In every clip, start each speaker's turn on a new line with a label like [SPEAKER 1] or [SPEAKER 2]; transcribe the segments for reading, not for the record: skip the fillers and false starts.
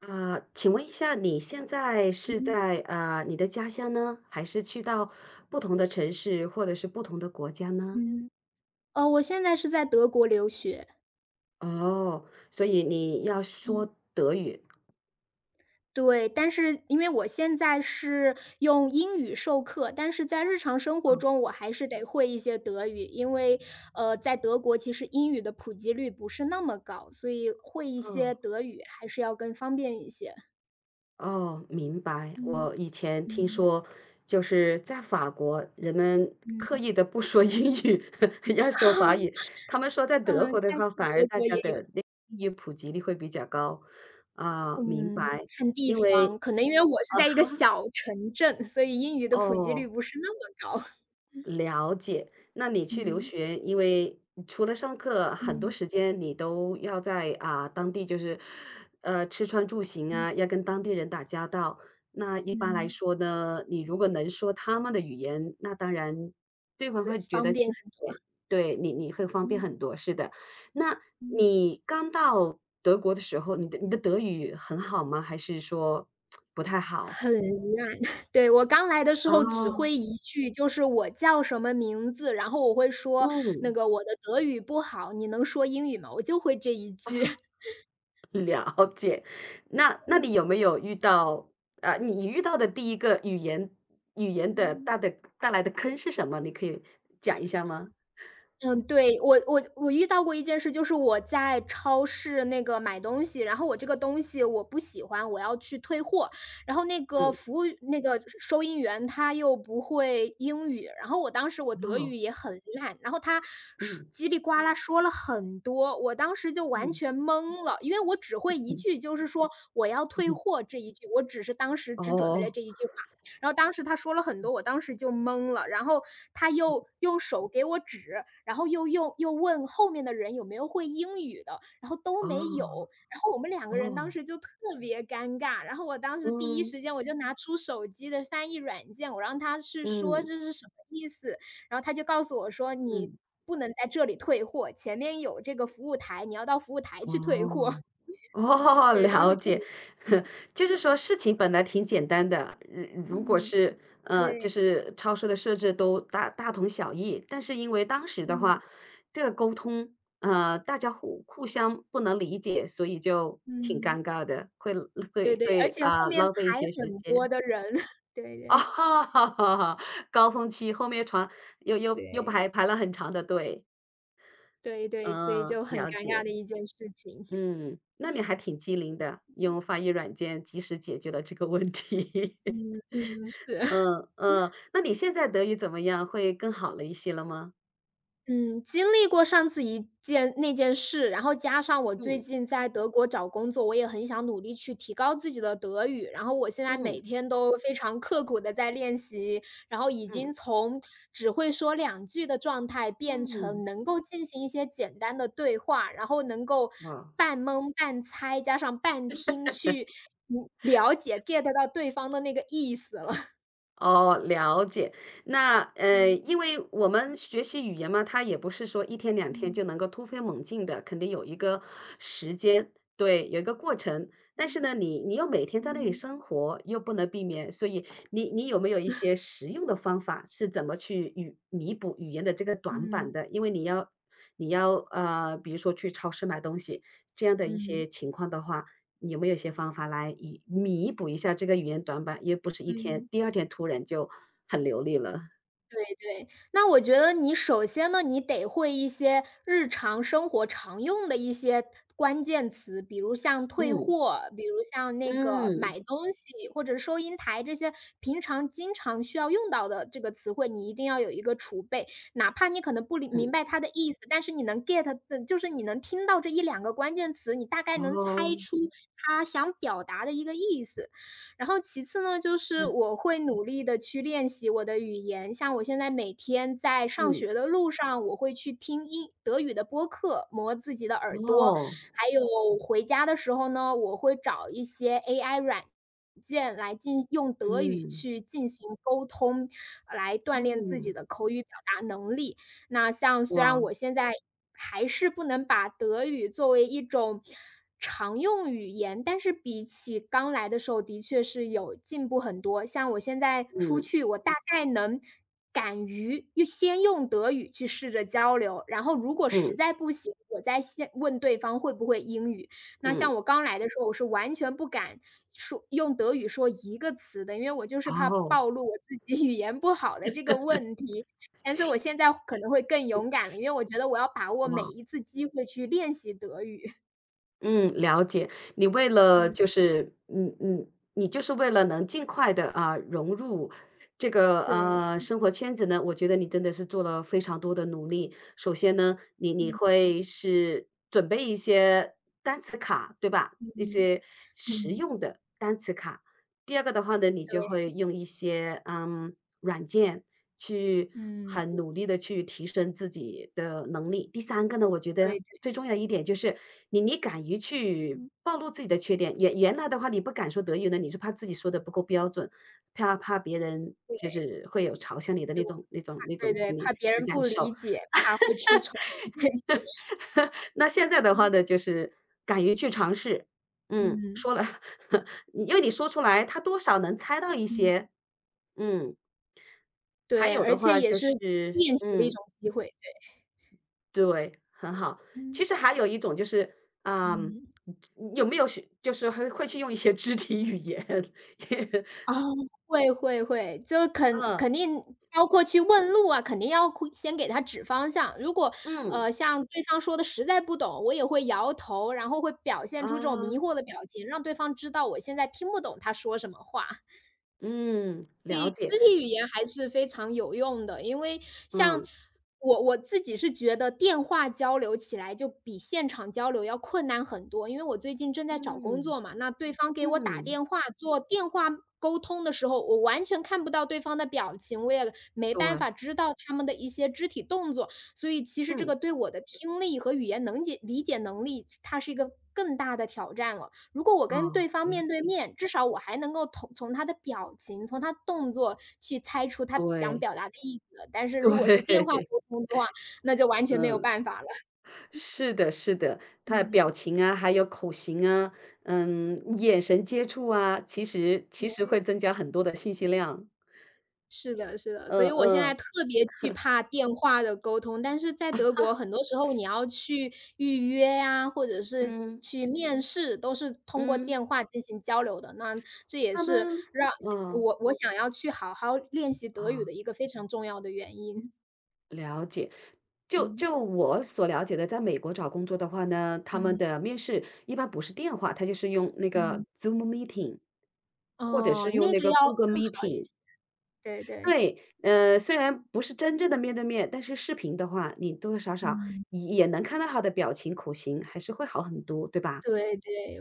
[SPEAKER 1] 啊，请问一下，你现在是在你的家乡呢，还是去到不同的城市或者是不同的国家呢？
[SPEAKER 2] 嗯，哦，我现在是在德国留学。
[SPEAKER 1] 哦，所以你要
[SPEAKER 2] 嗯。
[SPEAKER 1] 说德语。
[SPEAKER 2] 对，但是因为我现在是用英语授课，但是在日常生活
[SPEAKER 1] 哦
[SPEAKER 2] 中我还是得会一些德语。在德国其实英语的普及率不是那么高，所以会一
[SPEAKER 1] 哦
[SPEAKER 2] 些德语还是要更方便一些。
[SPEAKER 1] 哦，明白。
[SPEAKER 2] 嗯
[SPEAKER 1] 我以前听
[SPEAKER 2] 嗯
[SPEAKER 1] 说，就是在法国，人们
[SPEAKER 2] 嗯。
[SPEAKER 1] 刻意的不说 英语，要说法语。他们说在德
[SPEAKER 2] 嗯，
[SPEAKER 1] 国的
[SPEAKER 2] 在
[SPEAKER 1] 话，反而
[SPEAKER 2] 德
[SPEAKER 1] 大
[SPEAKER 2] 国
[SPEAKER 1] 家
[SPEAKER 2] 也有
[SPEAKER 1] 的那个英语普及率会比较高。啊，明
[SPEAKER 2] 嗯，
[SPEAKER 1] 白，
[SPEAKER 2] 看地
[SPEAKER 1] 因为
[SPEAKER 2] 方，可能因为我是在一个小城镇，所以英语的普及率
[SPEAKER 1] 哦。
[SPEAKER 2] 不是那么高，
[SPEAKER 1] 了解，那你 去留
[SPEAKER 2] 嗯。
[SPEAKER 1] 学，因为除了上课，很多
[SPEAKER 2] 嗯。
[SPEAKER 1] 时间你都要在当地，就是吃穿住行
[SPEAKER 2] 嗯
[SPEAKER 1] 啊，要跟当地人打交道。那一般来
[SPEAKER 2] 嗯
[SPEAKER 1] 说呢，你如果能说他们的语言，那当然对方
[SPEAKER 2] 对，
[SPEAKER 1] 会觉
[SPEAKER 2] 方
[SPEAKER 1] 得
[SPEAKER 2] 便
[SPEAKER 1] 亲
[SPEAKER 2] 很
[SPEAKER 1] 切，对你会方便
[SPEAKER 2] 嗯
[SPEAKER 1] 很多。是的，那
[SPEAKER 2] 嗯。
[SPEAKER 1] 你刚到德国的时候，你的德语很好吗？还是说不太好？
[SPEAKER 2] 很烂。对，我刚来的时
[SPEAKER 1] 啊？
[SPEAKER 2] 候只会一句，就是我叫什么名字，然后我会说那
[SPEAKER 1] 嗯。
[SPEAKER 2] 个我的德语不好，你能说英语吗？我就会这一句。
[SPEAKER 1] 了解。那你有没有遇到你遇到的第一个语言的
[SPEAKER 2] 嗯。
[SPEAKER 1] 大的带来的坑是什么？你可以讲一下吗？
[SPEAKER 2] 嗯，对，我遇到过一件事，就是我在超市那个买东西，然后我这个东西我不喜欢，我要去退货，然后那个
[SPEAKER 1] 嗯，
[SPEAKER 2] 服务那个收银员他又不会英语，然后我当时我德
[SPEAKER 1] 哦，
[SPEAKER 2] 语也很烂，然后他说
[SPEAKER 1] 嗯，
[SPEAKER 2] 叽里呱啦说了很多，我当时就完
[SPEAKER 1] 嗯，
[SPEAKER 2] 全懵了，因为我只会一
[SPEAKER 1] 嗯，
[SPEAKER 2] 句，就是说我要退
[SPEAKER 1] 嗯，
[SPEAKER 2] 货这一句，我只是当时只准备了
[SPEAKER 1] 哦，
[SPEAKER 2] 这一句话，然后当时他说了很多，我当时就懵了，然后他又用手给我指，然后又问后面的人有没有会英语的，然后都没有，
[SPEAKER 1] 哦，
[SPEAKER 2] 然后我们两个人当
[SPEAKER 1] 哦，
[SPEAKER 2] 时就特别尴尬，然后我当时第一
[SPEAKER 1] 嗯，
[SPEAKER 2] 时间我就拿出手机的翻译软件，我让他去说
[SPEAKER 1] 嗯，
[SPEAKER 2] 这是什么意思，然后他就告诉我说你
[SPEAKER 1] 嗯，
[SPEAKER 2] 不能在这里退货，前面有这个服务台，你要到服务台去退货。
[SPEAKER 1] 哦。哦，
[SPEAKER 2] 对，当
[SPEAKER 1] 了
[SPEAKER 2] 时就
[SPEAKER 1] 解。
[SPEAKER 2] 很
[SPEAKER 1] 就是说事情本来挺简单的，如果
[SPEAKER 2] 嗯，
[SPEAKER 1] 是
[SPEAKER 2] 对，
[SPEAKER 1] 就是超市的设置都大大同小异，但是因为当时的
[SPEAKER 2] 嗯，
[SPEAKER 1] 话，这个沟通，大家互相不能理解，所以就挺
[SPEAKER 2] 嗯。
[SPEAKER 1] 尴尬的，会
[SPEAKER 2] 对
[SPEAKER 1] 会
[SPEAKER 2] 对，而
[SPEAKER 1] 会
[SPEAKER 2] 且
[SPEAKER 1] 啊，
[SPEAKER 2] 后面
[SPEAKER 1] 浪费一
[SPEAKER 2] 排
[SPEAKER 1] 些时
[SPEAKER 2] 很多
[SPEAKER 1] 间。
[SPEAKER 2] 的人，对 对
[SPEAKER 1] 哦，高峰期后面传又
[SPEAKER 2] 对，
[SPEAKER 1] 排了很长的队，
[SPEAKER 2] 对对，所以
[SPEAKER 1] 嗯，
[SPEAKER 2] 就很
[SPEAKER 1] 了
[SPEAKER 2] 尴尬
[SPEAKER 1] 解。
[SPEAKER 2] 的一件事情。
[SPEAKER 1] 嗯，那你还挺机灵的，用翻译软件及时解决了这个问题。
[SPEAKER 2] 嗯嗯，是。
[SPEAKER 1] 嗯嗯，那你现在德语怎么样？会更好了一些了吗？
[SPEAKER 2] 嗯，经历过上次一件那件事，然后加上我最
[SPEAKER 1] 嗯
[SPEAKER 2] 近在德国找工作，我也很想努力去提高自己的德语。然后我现在
[SPEAKER 1] 嗯
[SPEAKER 2] 每
[SPEAKER 1] 嗯
[SPEAKER 2] 天都非常刻苦的在练习，然后已经
[SPEAKER 1] 嗯。
[SPEAKER 2] 从只会说两句的状态变
[SPEAKER 1] 嗯
[SPEAKER 2] 成能够进行一些简单的对话，然后能够
[SPEAKER 1] 哇。
[SPEAKER 2] 半蒙半猜，加上半听去，嗯，了解 get 到对方的那个意思了。
[SPEAKER 1] 哦，了解。那
[SPEAKER 2] 嗯。
[SPEAKER 1] 因为我们学习语言嘛，它也不是说一天两天
[SPEAKER 2] 嗯
[SPEAKER 1] 就能够突飞猛进的，肯定有一个时间，对，有一个过程。但
[SPEAKER 2] 嗯
[SPEAKER 1] 是呢，你又每天在那里
[SPEAKER 2] 嗯。
[SPEAKER 1] 生活，又不能避免，所以你有没有一些实用的方法，是怎么去弥补语言的这个短
[SPEAKER 2] 嗯，
[SPEAKER 1] 板的？因为你要比如说去超市买东西这样的一些
[SPEAKER 2] 嗯，
[SPEAKER 1] 情况的话，有没有一些方法来以弥补一下这个语言短板？因为不是一天，
[SPEAKER 2] 嗯。
[SPEAKER 1] 第二天突然就很流利了。
[SPEAKER 2] 对，那我觉得你首先呢，你得会一些日常生活常用的一些关键词，比如像退
[SPEAKER 1] 嗯，
[SPEAKER 2] 货，比如像那个
[SPEAKER 1] 嗯，
[SPEAKER 2] 买东西或者收银台这些平常经常需要用到的这个词汇，你一定要有一个储备。哪怕你可能不理明
[SPEAKER 1] 嗯，
[SPEAKER 2] 白它的意思，但是你能 get,就是你能听到这一两个关键词，你大概
[SPEAKER 1] 然
[SPEAKER 2] 能猜
[SPEAKER 1] 后
[SPEAKER 2] 出他想表达的一个意思。然后其次呢，就是
[SPEAKER 1] 嗯，
[SPEAKER 2] 我会努力的去练习我的语言，像我现在每天在上
[SPEAKER 1] 嗯，
[SPEAKER 2] 学的路上，我会去听英德语的播客，磨自己的耳
[SPEAKER 1] 然
[SPEAKER 2] 朵。
[SPEAKER 1] 后
[SPEAKER 2] 还有回家的时候呢，我会找一些 AI 软件来进用德语
[SPEAKER 1] 嗯，
[SPEAKER 2] 去进行沟通，来锻炼自
[SPEAKER 1] 嗯，
[SPEAKER 2] 己的口语表达能力。那像虽
[SPEAKER 1] 哇，
[SPEAKER 2] 然我现在还是不能把德语作为一种常用语言，但是比起刚来的时候的确是有进步很多。像我现在出
[SPEAKER 1] 嗯，
[SPEAKER 2] 去，我大概能敢于用先用德语去试着交流，然后如果实
[SPEAKER 1] 嗯，
[SPEAKER 2] 在不行，我再先问对方会不会英语。那
[SPEAKER 1] 嗯，
[SPEAKER 2] 像我刚来的时候，我是完全不敢说用德语说一个词的，因为我就是怕
[SPEAKER 1] 哦，
[SPEAKER 2] 暴露我自己 语言不好的这个问题。但是我现在可能会更勇敢了，因为我觉得我要把握每
[SPEAKER 1] 哇。
[SPEAKER 2] 一次机会去练习德语。
[SPEAKER 1] 嗯，了解。你为了
[SPEAKER 2] 嗯，
[SPEAKER 1] 就是，嗯嗯，你就是为了能尽快的融入这个，
[SPEAKER 2] 对，
[SPEAKER 1] 生活圈子呢，我觉得你真的是做了非常多的努力。首先呢，你
[SPEAKER 2] 嗯
[SPEAKER 1] 会是准备一些单词卡，对吧？一
[SPEAKER 2] 嗯
[SPEAKER 1] 些实
[SPEAKER 2] 嗯，
[SPEAKER 1] 用的单词卡。第二个的话呢，你就会
[SPEAKER 2] 对，
[SPEAKER 1] 用一些软件去
[SPEAKER 2] 嗯，
[SPEAKER 1] 很努力的去提升自己的能力。第三个呢，我觉得
[SPEAKER 2] 对，对，
[SPEAKER 1] 最重要一点就是你敢于去
[SPEAKER 2] 嗯
[SPEAKER 1] 暴露自己的缺点。原来的话你不敢说德语呢，你是怕自己说的不够标准，怕别人
[SPEAKER 2] 对，
[SPEAKER 1] 就是会有嘲笑你的那
[SPEAKER 2] 就
[SPEAKER 1] 种那种那
[SPEAKER 2] 对
[SPEAKER 1] 种
[SPEAKER 2] 对，
[SPEAKER 1] 心
[SPEAKER 2] 怕
[SPEAKER 1] 理
[SPEAKER 2] 别
[SPEAKER 1] 的
[SPEAKER 2] 人
[SPEAKER 1] 感
[SPEAKER 2] 不
[SPEAKER 1] 受。
[SPEAKER 2] 理解，怕会出丑，对，
[SPEAKER 1] 那现在的话呢，就是敢于去尝试。嗯，
[SPEAKER 2] 嗯
[SPEAKER 1] 说了，因为你说出来，他多少能猜到一
[SPEAKER 2] 嗯，
[SPEAKER 1] 些。嗯，还
[SPEAKER 2] 对，
[SPEAKER 1] 有
[SPEAKER 2] 而
[SPEAKER 1] 的
[SPEAKER 2] 且
[SPEAKER 1] 话
[SPEAKER 2] 也
[SPEAKER 1] 就
[SPEAKER 2] 是
[SPEAKER 1] 是
[SPEAKER 2] 练习的一种机会，对，
[SPEAKER 1] 对，很好。其
[SPEAKER 2] 嗯
[SPEAKER 1] 实还有一种就是，啊，
[SPEAKER 2] 嗯。
[SPEAKER 1] 有没有就是会去用一些肢体语言，也
[SPEAKER 2] 啊，会会会，就肯
[SPEAKER 1] 嗯，
[SPEAKER 2] 肯定包括去问路啊，肯定要会先给他指方向。
[SPEAKER 1] 嗯，
[SPEAKER 2] 像对方说的实在不懂，我也会摇头，然后会表现出这种迷
[SPEAKER 1] 啊，
[SPEAKER 2] 惑的表情，让对方知道我现在听不懂他说什么话。
[SPEAKER 1] 嗯，
[SPEAKER 2] 所
[SPEAKER 1] 了
[SPEAKER 2] 以
[SPEAKER 1] 解，
[SPEAKER 2] 肢体语言还是非常有用的，因为像
[SPEAKER 1] 嗯，
[SPEAKER 2] 我自己是觉得电话交流起来就比现场交流要困难很多。因为我最近正在找工
[SPEAKER 1] 嗯，
[SPEAKER 2] 作嘛，那对方给我打
[SPEAKER 1] 嗯，
[SPEAKER 2] 电话做电话沟通的时候，我完全看不到对方的表情，我也没办
[SPEAKER 1] 对，
[SPEAKER 2] 法知道他们的一些肢体动作，所以其实这
[SPEAKER 1] 嗯，
[SPEAKER 2] 个对我的听力和语言理解能力，它是一个更大的挑战了。如果我跟
[SPEAKER 1] 啊，
[SPEAKER 2] 对方
[SPEAKER 1] 了
[SPEAKER 2] 面对
[SPEAKER 1] 解，
[SPEAKER 2] 面，至少我还能够从他的表情、从他动作去猜出他想
[SPEAKER 1] 对，
[SPEAKER 2] 表达的意思，但是如果是电话
[SPEAKER 1] 对。
[SPEAKER 2] 沟通的话，那就完全没有
[SPEAKER 1] 嗯，
[SPEAKER 2] 办法了。
[SPEAKER 1] 是的，是的，他的表
[SPEAKER 2] 嗯，
[SPEAKER 1] 情啊，还有口型啊，嗯，眼神接触啊，其实
[SPEAKER 2] 对，
[SPEAKER 1] 会增加很多的信息量。
[SPEAKER 2] 是的，是的，所
[SPEAKER 1] 嗯
[SPEAKER 2] 以我现在
[SPEAKER 1] 嗯
[SPEAKER 2] 特别惧怕电话的沟通，但是在德国很多时候你要去预约呀，或者是
[SPEAKER 1] 嗯
[SPEAKER 2] 去面试，都是通过
[SPEAKER 1] 嗯，
[SPEAKER 2] 电话进行交流的。那这也
[SPEAKER 1] 他
[SPEAKER 2] 是
[SPEAKER 1] 们
[SPEAKER 2] 让
[SPEAKER 1] 嗯
[SPEAKER 2] 我想要去好好练习德语
[SPEAKER 1] 啊，
[SPEAKER 2] 的一个非常重要的原因。
[SPEAKER 1] 了解。就
[SPEAKER 2] 嗯。
[SPEAKER 1] 就我所了解的，在美国找工作的话呢，他们
[SPEAKER 2] 嗯。
[SPEAKER 1] 的面试一般不是电话，他就是用那个
[SPEAKER 2] 嗯，
[SPEAKER 1] Zoom meeting，或者
[SPEAKER 2] 哦，
[SPEAKER 1] 是用
[SPEAKER 2] 那
[SPEAKER 1] 那
[SPEAKER 2] 个
[SPEAKER 1] 个
[SPEAKER 2] 要
[SPEAKER 1] Google
[SPEAKER 2] 更好一
[SPEAKER 1] meeting。
[SPEAKER 2] 些，对对。
[SPEAKER 1] 对，虽然不是真正的面对面，但是视频的话，你多多少少
[SPEAKER 2] 嗯，
[SPEAKER 1] 也能看到他的表情、口型，还是会好很多，对吧？
[SPEAKER 2] 对对，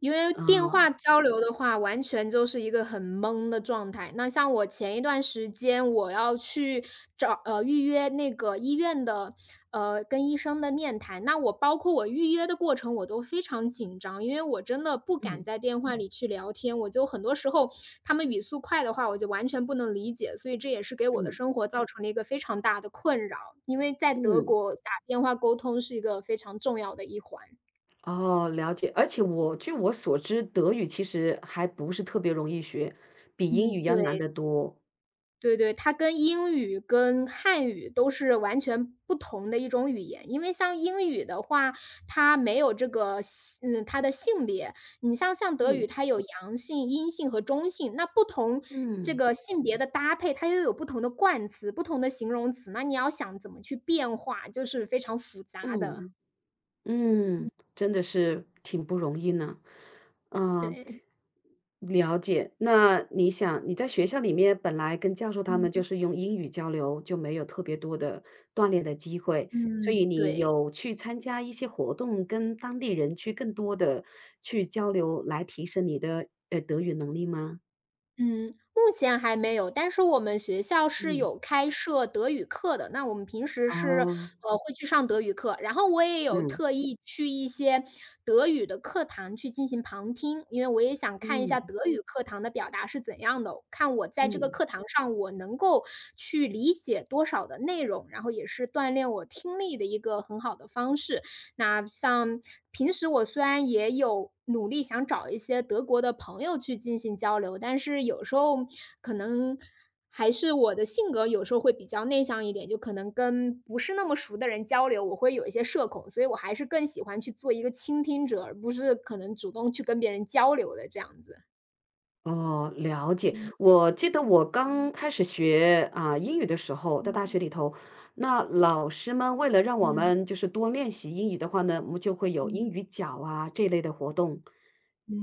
[SPEAKER 2] 因为电
[SPEAKER 1] 嗯，
[SPEAKER 2] 话交流的话，完全就是一个很懵的状态。那像我前一段时间，我要去预约那个医院的跟医生的面谈，那我包括我预约的过程，我都非常紧张，因为我真的不敢
[SPEAKER 1] 嗯，
[SPEAKER 2] 在电话里去聊天，我就很多时候他们语速快的话，我就完全不能理解，所以这也是给我的
[SPEAKER 1] 嗯，
[SPEAKER 2] 生活造成了一个非常大的困扰，因为在德
[SPEAKER 1] 嗯，
[SPEAKER 2] 国打电话沟通是一个非常重要的一环。
[SPEAKER 1] 哦，了解。而且据我所知，德语其实还不是特别容易学，比英
[SPEAKER 2] 嗯，
[SPEAKER 1] 语要难
[SPEAKER 2] 对。
[SPEAKER 1] 得多。
[SPEAKER 2] 对对，它跟英语跟汉语都是完全不同的一种语言。因为像英语的话，它没有这个性嗯，它的性别。你像像德
[SPEAKER 1] 嗯，
[SPEAKER 2] 语，它有阳性、阴性和中性，那不同这
[SPEAKER 1] 嗯，
[SPEAKER 2] 个性别的搭配，它又有不同的冠词、不同的形容词，那你要想怎么去变化，就是非常复杂的。
[SPEAKER 1] 嗯。嗯，
[SPEAKER 2] 嗯
[SPEAKER 1] 真的是挺不容易呢。嗯，
[SPEAKER 2] 对。
[SPEAKER 1] 了解。那你想，你在学校里面本来跟教授他们就
[SPEAKER 2] 嗯
[SPEAKER 1] 是用英语交流，就没有特别多的锻炼的机会，所以
[SPEAKER 2] 嗯。
[SPEAKER 1] 你
[SPEAKER 2] 对。
[SPEAKER 1] 有去参加一些活动，跟当地人去更多的去交流，来提升你的德语能力吗？
[SPEAKER 2] 嗯，目前还没有，但是我们学校是
[SPEAKER 1] 嗯。
[SPEAKER 2] 有开设德语课的，那我们平时是，
[SPEAKER 1] 哦，
[SPEAKER 2] 会去上德语课，然后我也有
[SPEAKER 1] 嗯
[SPEAKER 2] 特意去一些德语的课堂去进行旁听，因为我也想看一下
[SPEAKER 1] 嗯
[SPEAKER 2] 德语课堂的表达是怎样的，看我在这个
[SPEAKER 1] 嗯。
[SPEAKER 2] 课堂上我能够去理解多少的内容，然后也是锻炼我听力的一个很好的方式。那像平时我虽然也有努力想找一些德国的朋友去进行交流，但是有时候可能还是我的性格有时候会比较内向一点，就可能跟不是那么熟的人交流，我会有一些社恐，所以我还是更喜欢去做一个倾听者，而不是可能主动去跟别人交流的这样子。
[SPEAKER 1] 哦，了解。我记得我刚开始学英语的时候，在大学里头，那老师们为了让我们就是多练习英语的话呢，我们就会有英
[SPEAKER 2] 嗯
[SPEAKER 1] 语角啊这类的活动。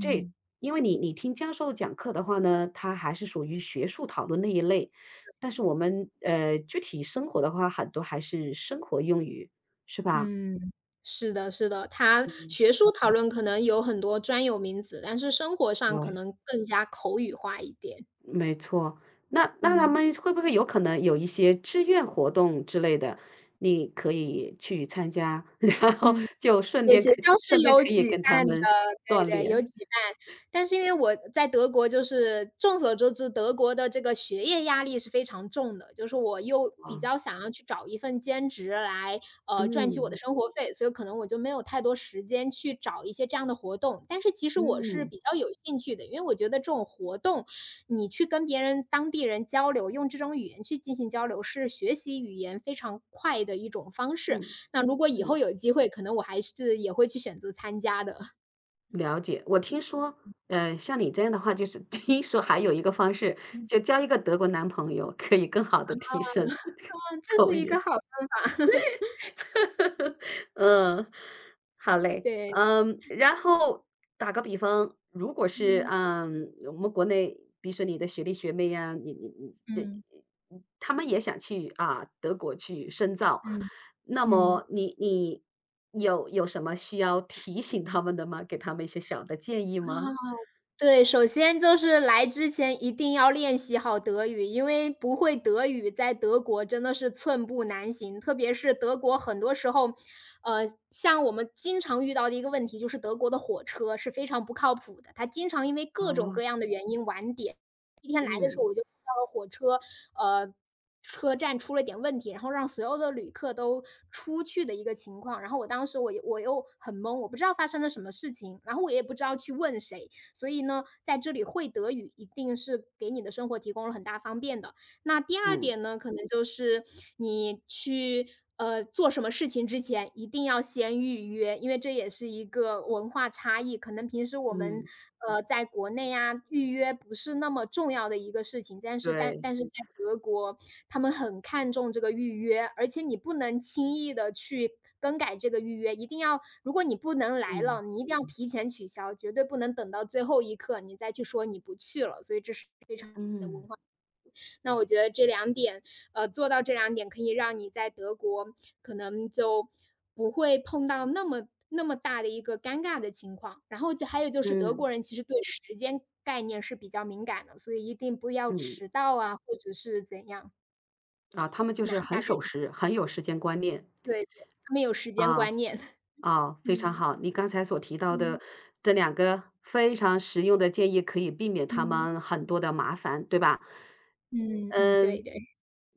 [SPEAKER 1] 这因为你听教授讲课的话呢，他还是属于学术讨论那一类，但是我们具体生活的话，很多还是生活用语，是吧？
[SPEAKER 2] 嗯，是的，是的，它
[SPEAKER 1] 嗯，
[SPEAKER 2] 学术讨论可能有很多专有名词，但是生活上可
[SPEAKER 1] 对。
[SPEAKER 2] 能更加口语化一点。
[SPEAKER 1] 没错，那他
[SPEAKER 2] 嗯
[SPEAKER 1] 们会不会有可能有一些志愿活动之类的，你可以去参加，然后
[SPEAKER 2] 嗯，
[SPEAKER 1] 就
[SPEAKER 2] 对，雪橇
[SPEAKER 1] 顺
[SPEAKER 2] 是
[SPEAKER 1] 便
[SPEAKER 2] 有
[SPEAKER 1] 可以
[SPEAKER 2] 举
[SPEAKER 1] 跟他
[SPEAKER 2] 办的，
[SPEAKER 1] 们锻
[SPEAKER 2] 对对，有
[SPEAKER 1] 炼
[SPEAKER 2] 举办。但是因为我在德国就是众所周知，德国的这个学业压力是非常重的，就是我又比
[SPEAKER 1] 啊，
[SPEAKER 2] 较想要去找一份兼职来，赚取我
[SPEAKER 1] 嗯
[SPEAKER 2] 的生活费，所以可能我就没有太多时间去找一些这样的活动。但是其实我是
[SPEAKER 1] 嗯
[SPEAKER 2] 比较有兴趣的，因为我觉得这种活动，你去跟别人当地人交流，用这种语言去进行交流，是学习语言非常快的一种方式。
[SPEAKER 1] 嗯
[SPEAKER 2] 那如果以
[SPEAKER 1] 嗯，
[SPEAKER 2] 后有机会，可能我还是也会去选择参加的。
[SPEAKER 1] 了解。我听说，像你这样的话，就是 听说还有一个方式，
[SPEAKER 2] 嗯，
[SPEAKER 1] 就交一个德国男朋友，可以更好的提升
[SPEAKER 2] 哦，这
[SPEAKER 1] 口
[SPEAKER 2] 是一个
[SPEAKER 1] 语。
[SPEAKER 2] 好的，
[SPEAKER 1] 嗯，好嘞。
[SPEAKER 2] 对。
[SPEAKER 1] 嗯，然后打个比方，如果是，
[SPEAKER 2] 嗯，
[SPEAKER 1] 嗯，我们国内，比如说你的学弟学妹呀，你你你这
[SPEAKER 2] 嗯，
[SPEAKER 1] 他们也想去，啊，德国去深造，
[SPEAKER 2] 嗯，
[SPEAKER 1] 那
[SPEAKER 2] 嗯。
[SPEAKER 1] 么你有什么需要提醒他们的吗？给他们一些小的建议吗？
[SPEAKER 2] 对，首先就是来之前一定要练习好德语，因为不会德语在德国真的是寸步难行。特别是德国很多时候，像我们经常遇到的一个问题就是德国的火车是非常不靠谱的，它经常因为各种
[SPEAKER 1] 哦，
[SPEAKER 2] 各样的原因晚点。一天来的时候
[SPEAKER 1] 嗯，
[SPEAKER 2] 我就遇到了火车，呃，车站出了点问题，然后让所有的旅客都出去的一个情况。然后我当时我又很懵，我不知道发生了什么事情，然后我也不知道去问谁。所以呢，在这里会德语一定是给你的生活提供了很大方便的。那第二
[SPEAKER 1] 嗯，
[SPEAKER 2] 点呢，可能就是你去做什么事情之前，一定要先预约，因为这也是一个文化差异。可能平时我们
[SPEAKER 1] 嗯，
[SPEAKER 2] 在国内啊，预约不是那么重要的一个事情，但是但
[SPEAKER 1] 对，
[SPEAKER 2] 但是在德国，他们很看重这个预约，而且你不能轻易的去。更改这个预约，一定要，如果你不能来
[SPEAKER 1] 嗯，
[SPEAKER 2] 了，你一定要提前取消，绝对不能等到最后一刻你再去说你不去了。所以这是非常大的
[SPEAKER 1] 嗯，
[SPEAKER 2] 文化。那我觉得这两点，做到这两点可以让你在德国可能就不会碰到那么大的一个尴尬的情况。然后就还有就是德
[SPEAKER 1] 嗯，
[SPEAKER 2] 国人其实对时间概念是比较敏感的，所以一定不要
[SPEAKER 1] 嗯，
[SPEAKER 2] 迟到啊，或者是怎样。
[SPEAKER 1] 啊，他们就是
[SPEAKER 2] 那
[SPEAKER 1] 很
[SPEAKER 2] 大概
[SPEAKER 1] 守
[SPEAKER 2] 就
[SPEAKER 1] 时，很有时间观念，
[SPEAKER 2] 对对，他们有时间
[SPEAKER 1] 啊。
[SPEAKER 2] 观念。
[SPEAKER 1] 哦，非常
[SPEAKER 2] 嗯，
[SPEAKER 1] 好。你刚才所提到
[SPEAKER 2] 嗯
[SPEAKER 1] 的这两个非常实用的建议，可以避免他
[SPEAKER 2] 嗯
[SPEAKER 1] 们很多的麻烦，对吧？
[SPEAKER 2] 嗯嗯，对
[SPEAKER 1] 嗯，
[SPEAKER 2] 对，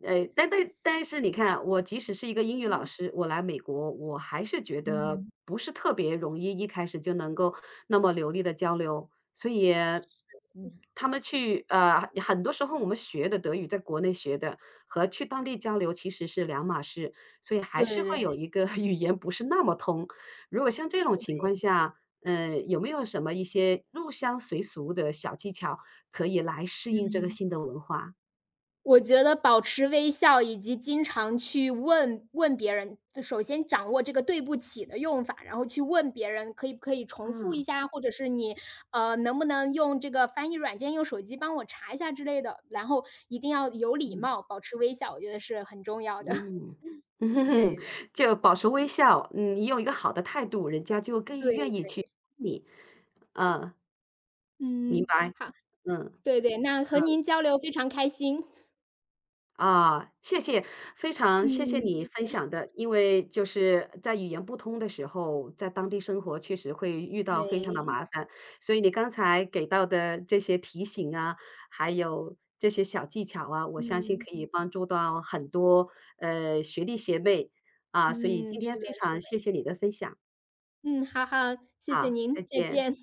[SPEAKER 1] 哎，但是你看，我即使是一个英语老师，我来美国，我还是觉得
[SPEAKER 2] 嗯，
[SPEAKER 1] 不是特别容易，一开始就能够那么流利的交流。所以，嗯，他们去呃，很多时候我们学的德语，在国内学的和去当地交流其实是两码事，所以还
[SPEAKER 2] 对
[SPEAKER 1] 是
[SPEAKER 2] 对，
[SPEAKER 1] 会有一个 语言不是那么通。如果像这种情况下，嗯，有没有什么一些入乡随俗的小技巧可以来适应这个
[SPEAKER 2] 嗯。
[SPEAKER 1] 新的文化？
[SPEAKER 2] 我觉得保持微笑以及经常去问问别人，首先掌握这个"对不起"的用法，然后去问别人可以不可以重复一
[SPEAKER 1] 嗯，
[SPEAKER 2] 下，或者是你，能不能用这个翻译软件，用手机帮我查一下之类的。然后一定要有礼
[SPEAKER 1] 嗯，
[SPEAKER 2] 貌，保持微笑，我觉得是很重要的。
[SPEAKER 1] 嗯，
[SPEAKER 2] 对对，
[SPEAKER 1] 就保持微笑，嗯，你有一个好的态度，人家就
[SPEAKER 2] 对
[SPEAKER 1] 更愿意
[SPEAKER 2] 的，
[SPEAKER 1] 去帮你。嗯，明
[SPEAKER 2] 嗯，
[SPEAKER 1] 白，
[SPEAKER 2] 好，
[SPEAKER 1] 嗯，嗯。
[SPEAKER 2] 对对，那和您交流非常开心。
[SPEAKER 1] 啊，谢谢，非常谢谢
[SPEAKER 2] 嗯，
[SPEAKER 1] 你
[SPEAKER 2] 谢
[SPEAKER 1] 分
[SPEAKER 2] 谢。
[SPEAKER 1] 享的，因为就是在语言不通的时候，在当地生活确实会遇到非常的
[SPEAKER 2] 对，
[SPEAKER 1] 麻烦，所以你刚才给到的这些提醒啊，还有这些小技巧啊，我相信
[SPEAKER 2] 嗯，
[SPEAKER 1] 可以帮助到很多学弟学妹啊，所以
[SPEAKER 2] 嗯，
[SPEAKER 1] 今天
[SPEAKER 2] 是
[SPEAKER 1] 非
[SPEAKER 2] 的是
[SPEAKER 1] 常
[SPEAKER 2] 的，
[SPEAKER 1] 谢谢你的分享，
[SPEAKER 2] 嗯，好好，谢谢
[SPEAKER 1] 好，再
[SPEAKER 2] 您，再
[SPEAKER 1] 见。
[SPEAKER 2] 见。